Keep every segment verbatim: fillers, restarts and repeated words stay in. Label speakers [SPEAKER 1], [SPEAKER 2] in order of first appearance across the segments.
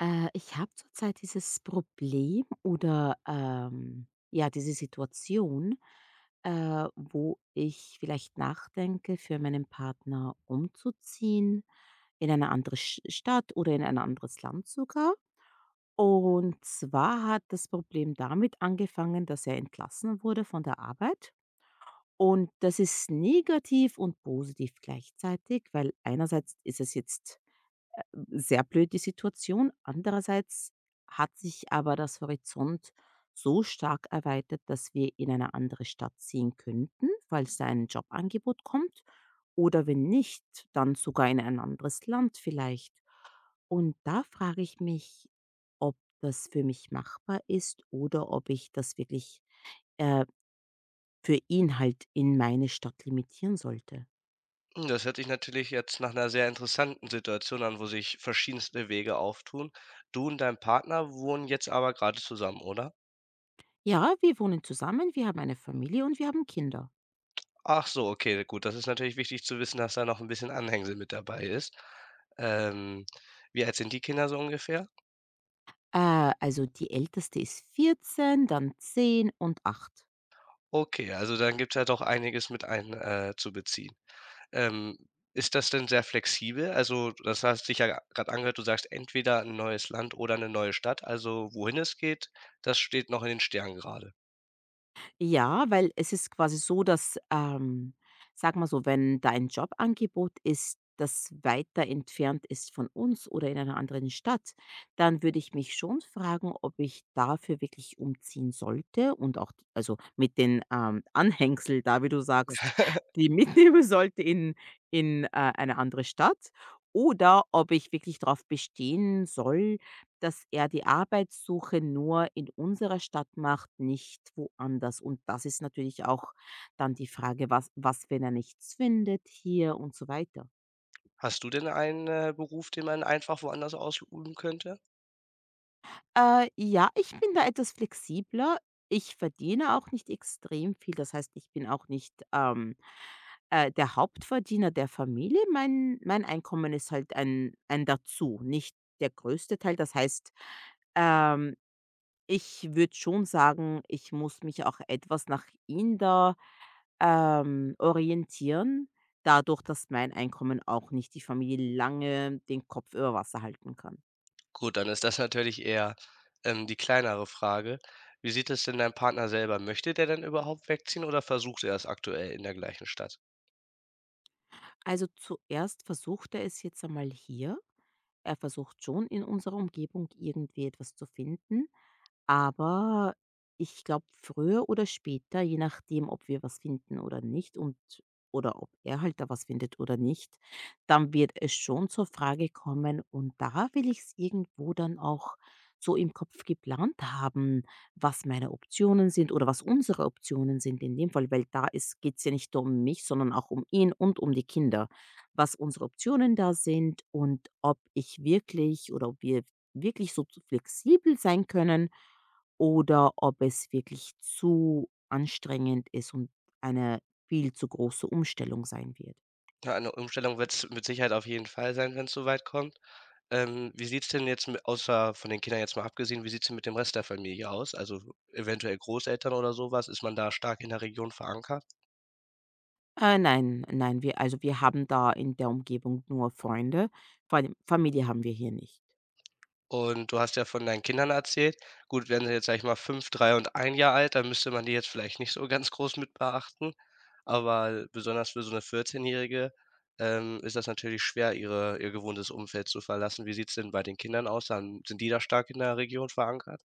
[SPEAKER 1] Äh, ich habe zurzeit dieses Problem oder ähm, ja, diese Situation, äh, wo ich vielleicht nachdenke, für meinen Partner umzuziehen in eine andere Sch- Stadt oder in ein anderes Land sogar. Und zwar hat das Problem damit angefangen, dass er entlassen wurde von der Arbeit. Und das ist negativ und positiv gleichzeitig, weil einerseits ist es jetzt sehr blöd die Situation. Andererseits hat sich aber das Horizont so stark erweitert, dass wir in eine andere Stadt ziehen könnten, falls da ein Jobangebot kommt. Oder wenn nicht, dann sogar in ein anderes Land vielleicht. Und da frage ich mich, ob das für mich machbar ist oder ob ich das wirklich äh, für ihn halt in meine Stadt limitieren sollte.
[SPEAKER 2] Hm, das hört sich natürlich jetzt nach einer sehr interessanten Situation an, wo sich verschiedenste Wege auftun. Du und dein Partner wohnen jetzt aber gerade zusammen, oder?
[SPEAKER 1] Ja, wir wohnen zusammen, wir haben eine Familie und wir haben Kinder.
[SPEAKER 2] Ach so, okay, gut. Das ist natürlich wichtig zu wissen, dass da noch ein bisschen Anhängsel mit dabei ist. Ähm, Wie alt sind die Kinder so ungefähr?
[SPEAKER 1] Äh, also die älteste ist vierzehn, dann zehn und acht.
[SPEAKER 2] Okay, also dann gibt's ja doch einiges mit ein äh, zu beziehen. Ähm, Ist das denn sehr flexibel? Also, das hast dich ja gerade angehört, du sagst entweder ein neues Land oder eine neue Stadt. Also, wohin es geht, das steht noch in den Sternen gerade.
[SPEAKER 1] Ja, weil es ist quasi so, dass, ähm, sage mal so, wenn da ein Jobangebot ist, das weiter entfernt ist von uns oder in einer anderen Stadt, dann würde ich mich schon fragen, ob ich dafür wirklich umziehen sollte und auch also mit den, ähm, Anhängsel da, wie du sagst, die mitnehmen sollte in in, äh, eine andere Stadt oder ob ich wirklich darauf bestehen soll, dass er die Arbeitssuche nur in unserer Stadt macht, nicht woanders. Und das ist natürlich auch dann die Frage, was was, wenn er nichts findet hier und so weiter.
[SPEAKER 2] Hast du denn einen, äh, Beruf, den man einfach woanders ausüben könnte?
[SPEAKER 1] Äh, ja, ich bin da etwas flexibler. Ich verdiene auch nicht extrem viel. Das heißt, ich bin auch nicht, ähm, äh, der Hauptverdiener der Familie. Mein mein Einkommen ist halt ein ein Dazu, nicht der größte Teil. Das heißt, ähm ich würde schon sagen, ich muss mich auch etwas nach ihm da, ähm, orientieren, dadurch, dass mein Einkommen auch nicht die Familie lange den Kopf über Wasser halten kann.
[SPEAKER 2] Gut, dann ist das natürlich eher, ähm, die kleinere Frage. Wie sieht es denn dein Partner selber? Möchte der denn überhaupt wegziehen oder versucht er es aktuell in der gleichen Stadt?
[SPEAKER 1] Also, zuerst versucht er es jetzt einmal hier. Er versucht schon, in unserer Umgebung irgendwie etwas zu finden. Aber ich glaube, früher oder später, je nachdem, ob wir was finden oder nicht und oder ob er halt da was findet oder nicht, dann wird es schon zur Frage kommen und da will ich es irgendwo dann auch so im Kopf geplant haben, was meine Optionen sind oder was unsere Optionen sind in dem Fall, weil da ist geht's ja nicht nur um mich, sondern auch um ihn und um die Kinder. Was unsere Optionen da sind und ob ich wirklich oder ob wir wirklich so flexibel sein können oder ob es wirklich zu anstrengend ist und eine viel zu große Umstellung sein wird.
[SPEAKER 2] Ja, eine Umstellung wird es mit Sicherheit auf jeden Fall sein, wenn es soweit kommt. Ähm, wie sieht's denn jetzt mit außer von den Kindern jetzt mal abgesehen, wie sieht's denn mit dem Rest der Familie aus? Also, eventuell Großeltern oder sowas? Ist man da stark in der Region verankert?
[SPEAKER 1] Äh, nein, nein, wir also, wir haben da in der Umgebung nur Freunde. Vor allem Familie haben wir hier nicht.
[SPEAKER 2] Und du hast ja von deinen Kindern erzählt. Gut, wären sie jetzt, sag ich mal, fünf, drei und ein Jahr alt, dann müsste man die jetzt vielleicht nicht so ganz groß mit beachten. Aber besonders für so 'ne Vierzehnjährige, ähm, ist das natürlich schwer, ihre ihr gewohntes Umfeld zu verlassen. Wie sieht's denn bei den Kindern aus? Dann sind die da stark in der Region verankert?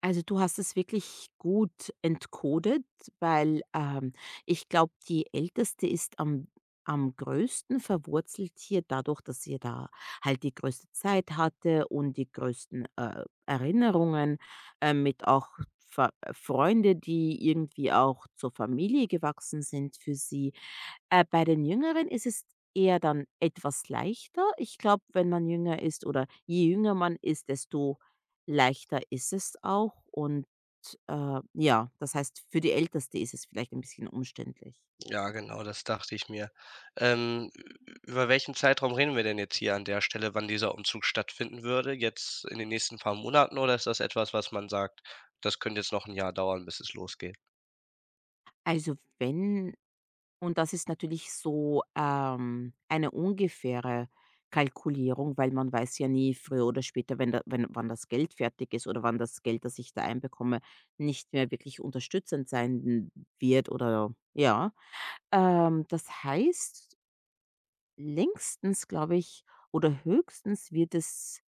[SPEAKER 1] Also, du hast es wirklich gut entkodet, weil, ähm, ich glaube, die Älteste ist am am größten verwurzelt hier dadurch, dass sie da halt die größte Zeit hatte und die größten, äh, Erinnerungen, äh, mit auch Ver Freunde, die irgendwie auch zur Familie gewachsen sind für sie. Äh, bei den Jüngeren ist es eher dann etwas leichter. Ich glaube, wenn man jünger ist oder je jünger man ist, desto leichter ist es auch. Und äh, ja, das heißt, für die Älteste ist es vielleicht ein bisschen umständlich.
[SPEAKER 2] Ja, genau, das dachte ich mir. Ähm, über welchen Zeitraum reden wir denn jetzt hier an der Stelle, wann dieser Umzug stattfinden würde? Jetzt in den nächsten paar Monaten oder ist das etwas, was man sagt: „Das könnte jetzt noch ein Jahr dauern, bis es losgeht?“
[SPEAKER 1] Also wenn, und das ist natürlich so ähm, eine ungefähre Kalkulierung, weil man weiß ja nie früher oder später, wenn da, wenn, wann das Geld fertig ist oder wann das Geld, das ich da einbekomme, nicht mehr wirklich unterstützend sein wird oder ja, Ähm, das heißt, längstens, glaube ich, oder höchstens wird es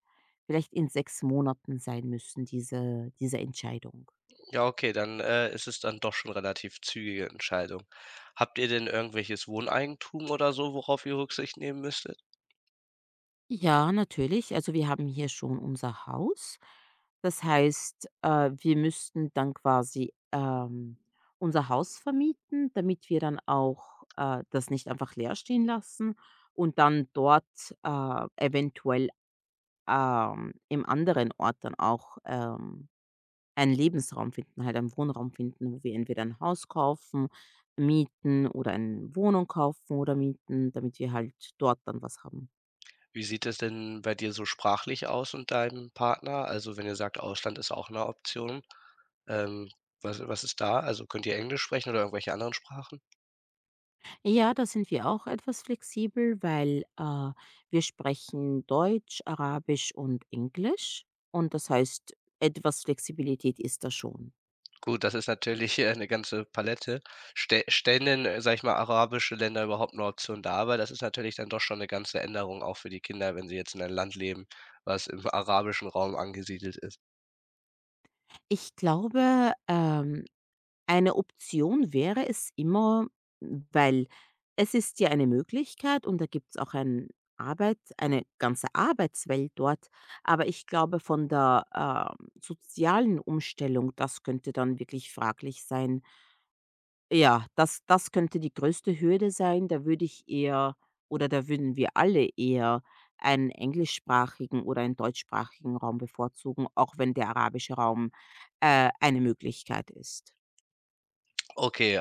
[SPEAKER 1] vielleicht in sechs Monaten sein müssen, diese diese Entscheidung.
[SPEAKER 2] Ja, okay, dann, äh, ist es dann doch schon relativ zügige Entscheidung. Habt ihr denn irgendwelches Wohneigentum oder so, worauf ihr Rücksicht nehmen müsstet?
[SPEAKER 1] Ja, natürlich. Also, wir haben hier schon unser Haus. Das heißt, äh, wir müssten dann quasi, ähm, unser Haus vermieten, damit wir dann auch, äh, das nicht einfach leer stehen lassen und dann dort, äh, eventuell, ähm, im anderen Ort dann auch, ähm einen Lebensraum finden, halt einen Wohnraum finden, wo wir entweder ein Haus kaufen, mieten oder eine Wohnung kaufen oder mieten, damit wir halt dort dann was haben.
[SPEAKER 2] Wie sieht es denn bei dir so sprachlich aus und deinem Partner? Also, wenn ihr sagt, Ausland ist auch eine Option, ähm, was was ist da? Also, könnt ihr Englisch sprechen oder irgendwelche anderen Sprachen?
[SPEAKER 1] Ja, da sind wir auch etwas flexibel, weil, äh, wir sprechen Deutsch, Arabisch und Englisch und das heißt, etwas Flexibilität ist da schon.
[SPEAKER 2] Gut, das ist natürlich, äh, 'ne ganze Palette. Stä stellen denn, äh, sage ich mal, arabische Länder überhaupt eine Option dar? Weil das ist natürlich dann doch schon eine ganze Änderung auch für die Kinder, wenn sie jetzt in einem Land leben, was im arabischen Raum angesiedelt ist.
[SPEAKER 1] Ich glaube, ähm eine Option wäre es immer, weil es ist ja eine Möglichkeit und da gibt es auch ein Arbeit eine ganze Arbeitswelt dort. Aber ich glaube, von der, ähm, sozialen Umstellung, das könnte dann wirklich fraglich sein. Ja, das das könnte die größte Hürde sein. Da würde ich eher oder da würden wir alle eher einen englischsprachigen oder einen deutschsprachigen Raum bevorzugen, auch wenn der arabische Raum, äh, eine Möglichkeit ist.
[SPEAKER 2] Okay,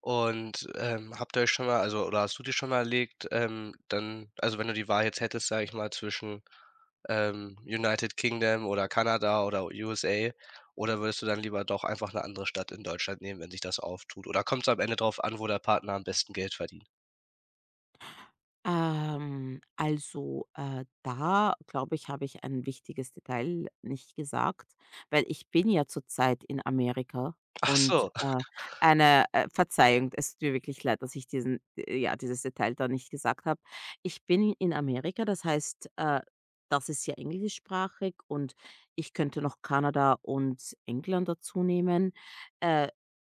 [SPEAKER 2] und, ähm, habt ihr euch schon mal also, oder hast du dir schon mal erlegt, ähm, dann also, wenn du die Wahl jetzt hättest, sage ich mal, zwischen, ähm, United Kingdom oder Kanada oder U S A, oder würdest du dann lieber doch einfach eine andere Stadt in Deutschland nehmen, wenn sich das auftut? Oder kommt es am Ende drauf an, wo der Partner am besten Geld verdient?
[SPEAKER 1] Ähm, also, äh, da glaube ich, habe ich ein wichtiges Detail nicht gesagt, weil ich bin ja zurzeit in Amerika
[SPEAKER 2] Ach
[SPEAKER 1] und,
[SPEAKER 2] so.
[SPEAKER 1] äh, eine, äh Verzeihung, es tut mir wirklich leid, dass ich diesen äh, ja, dieses Detail da nicht gesagt habe. Ich bin in Amerika, das heißt, äh, das ist ja englischsprachig und ich könnte noch Kanada und England dazu nehmen. Äh,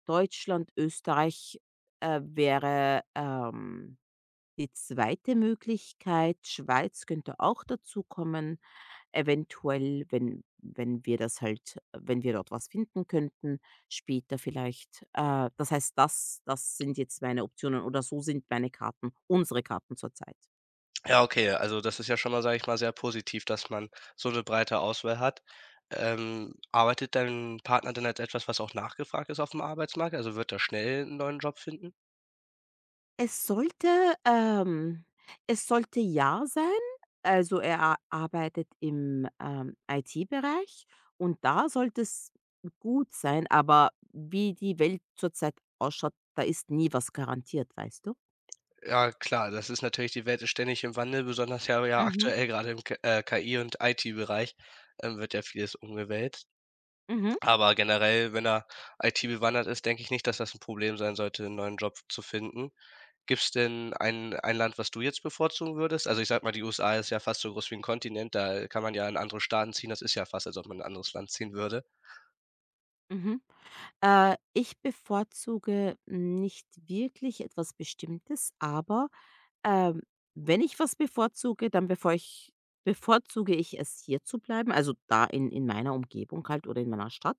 [SPEAKER 1] Deutschland, Österreich, äh, wäre, ähm die zweite Möglichkeit, Schweiz könnte auch dazukommen, eventuell, wenn wenn wir das halt wenn wir dort was finden könnten, später vielleicht. Äh, das heißt, das das sind jetzt meine Optionen oder so sind meine Karten unsere Karten zurzeit.
[SPEAKER 2] Ja, okay, also, das ist ja schon mal, sage ich mal, sehr positiv, dass man so eine breite Auswahl hat. Ähm, arbeitet dein Partner denn als etwas, was auch nachgefragt ist auf dem Arbeitsmarkt? Also, wird er schnell einen neuen Job finden?
[SPEAKER 1] Es sollte ähm, es sollte ja sein. Also, er a arbeitet im, ähm, I T-Bereich und da sollte es gut sein, aber wie die Welt zurzeit ausschaut, da ist nie was garantiert, weißt du?
[SPEAKER 2] Ja, klar, das ist natürlich die Welt ist ständig im Wandel, besonders ja ja
[SPEAKER 1] Mhm,
[SPEAKER 2] aktuell gerade im K äh, K I und I T-Bereich, ähm, wird ja vieles umgewälzt.
[SPEAKER 1] mhm,
[SPEAKER 2] Aber generell, wenn er I T-bewandert ist, denke ich nicht, dass das 'n Problem sein sollte, 'n neuen Job zu finden. Gibt's denn ein ein Land, was du jetzt bevorzugen würdest? Also, ich sage mal, die U S A ist ja fast so groß wie 'n Kontinent, da kann man ja in andere Staaten ziehen. Das ist ja fast, als ob man in 'n anderes Land ziehen würde.
[SPEAKER 1] mhm. Äh, ich bevorzuge nicht wirklich etwas Bestimmtes, aber, ähm, wenn ich was bevorzuge, dann bevor ich bevorzuge ich es, hier zu bleiben, also da in in meiner Umgebung halt oder in meiner Stadt.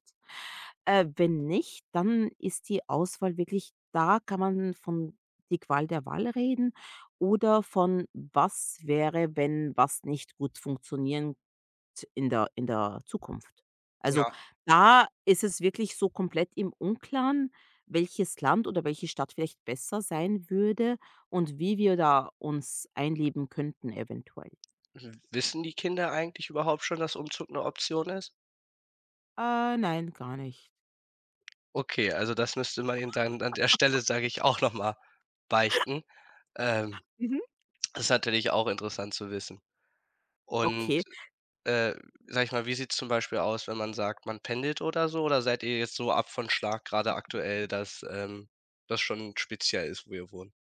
[SPEAKER 1] Äh, wenn nicht, dann ist die Auswahl wirklich, da kann man von die Qual der Wahl reden oder von was wäre, wenn was nicht gut funktionieren in der in der Zukunft. Also,
[SPEAKER 2] Ja,
[SPEAKER 1] da ist es wirklich so komplett im Unklaren, welches Land oder welche Stadt vielleicht besser sein würde und wie wir da uns einleben könnten eventuell.
[SPEAKER 2] w wissen die Kinder eigentlich überhaupt schon, dass Umzug 'ne Option ist?
[SPEAKER 1] Äh, nein, gar nicht.
[SPEAKER 2] Okay, also das müsste man ihm dann an der Stelle, sage ich, auch noch mal beichten. Ähm,
[SPEAKER 1] Mhm.
[SPEAKER 2] das ist natürlich auch interessant zu wissen. Und,
[SPEAKER 1] Okay.
[SPEAKER 2] äh, sage ich mal, wie sieht's zum Beispiel aus, wenn man sagt, man pendelt oder so? Oder seid ihr jetzt so ab von Schlag grade aktuell, dass, ähm, das schon speziell ist, wo ihr wohnt?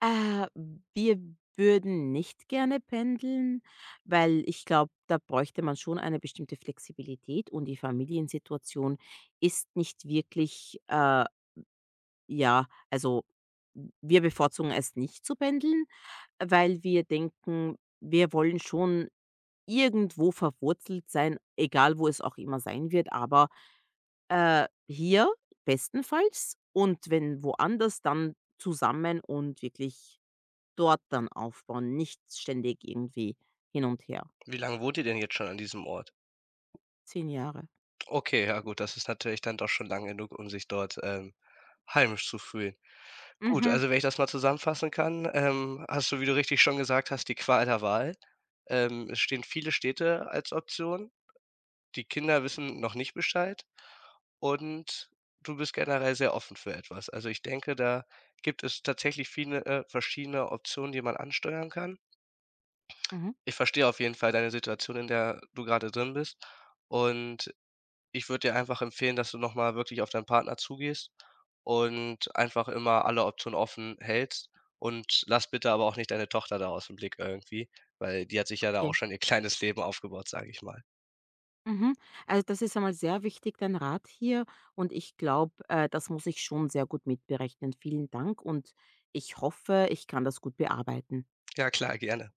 [SPEAKER 1] Äh, Wir würden nicht gerne pendeln, weil ich glaube, da bräuchte man schon eine bestimmte Flexibilität und die Familiensituation ist nicht wirklich, äh Ja, also wir bevorzugen es nicht zu pendeln, weil wir denken, wir wollen schon irgendwo verwurzelt sein, egal wo es auch immer sein wird, aber, äh, hier bestenfalls und wenn woanders, dann zusammen und wirklich dort dann aufbauen, nicht ständig irgendwie hin und her.
[SPEAKER 2] Wie lange wohnt ihr denn jetzt schon an diesem Ort?
[SPEAKER 1] Zehn Jahre.
[SPEAKER 2] Okay, ja gut, das ist natürlich dann doch schon lang genug, um sich dort, ähm, heimisch zu fühlen. Gut,
[SPEAKER 1] Mhm,
[SPEAKER 2] also wenn ich das mal zusammenfassen kann, ähm, hast du, wie du richtig schon gesagt hast, die Qual der Wahl. Ähm, es stehen viele Städte als Option. Die Kinder wissen noch nicht Bescheid und du bist generell sehr offen für etwas. Also ich denke, da gibt es tatsächlich viele äh, verschiedene Optionen, die man ansteuern kann.
[SPEAKER 1] mhm,
[SPEAKER 2] Ich verstehe auf jeden Fall deine Situation, in der du gerade drin bist und ich würde dir einfach empfehlen, dass du noch mal wirklich auf deinen Partner zugehst und einfach immer alle Optionen offen hältst und lass bitte aber auch nicht deine Tochter da aus dem Blick irgendwie, weil die hat sich ja da
[SPEAKER 1] okay.
[SPEAKER 2] auch schon ihr kleines Leben aufgebaut, sage ich mal.
[SPEAKER 1] Mhm. Also das ist einmal sehr wichtig, dein Rat hier. Und ich glaube, äh, das muss ich schon sehr gut mitberechnen. Vielen Dank und ich hoffe, ich kann das gut bearbeiten.
[SPEAKER 2] Ja klar, gerne.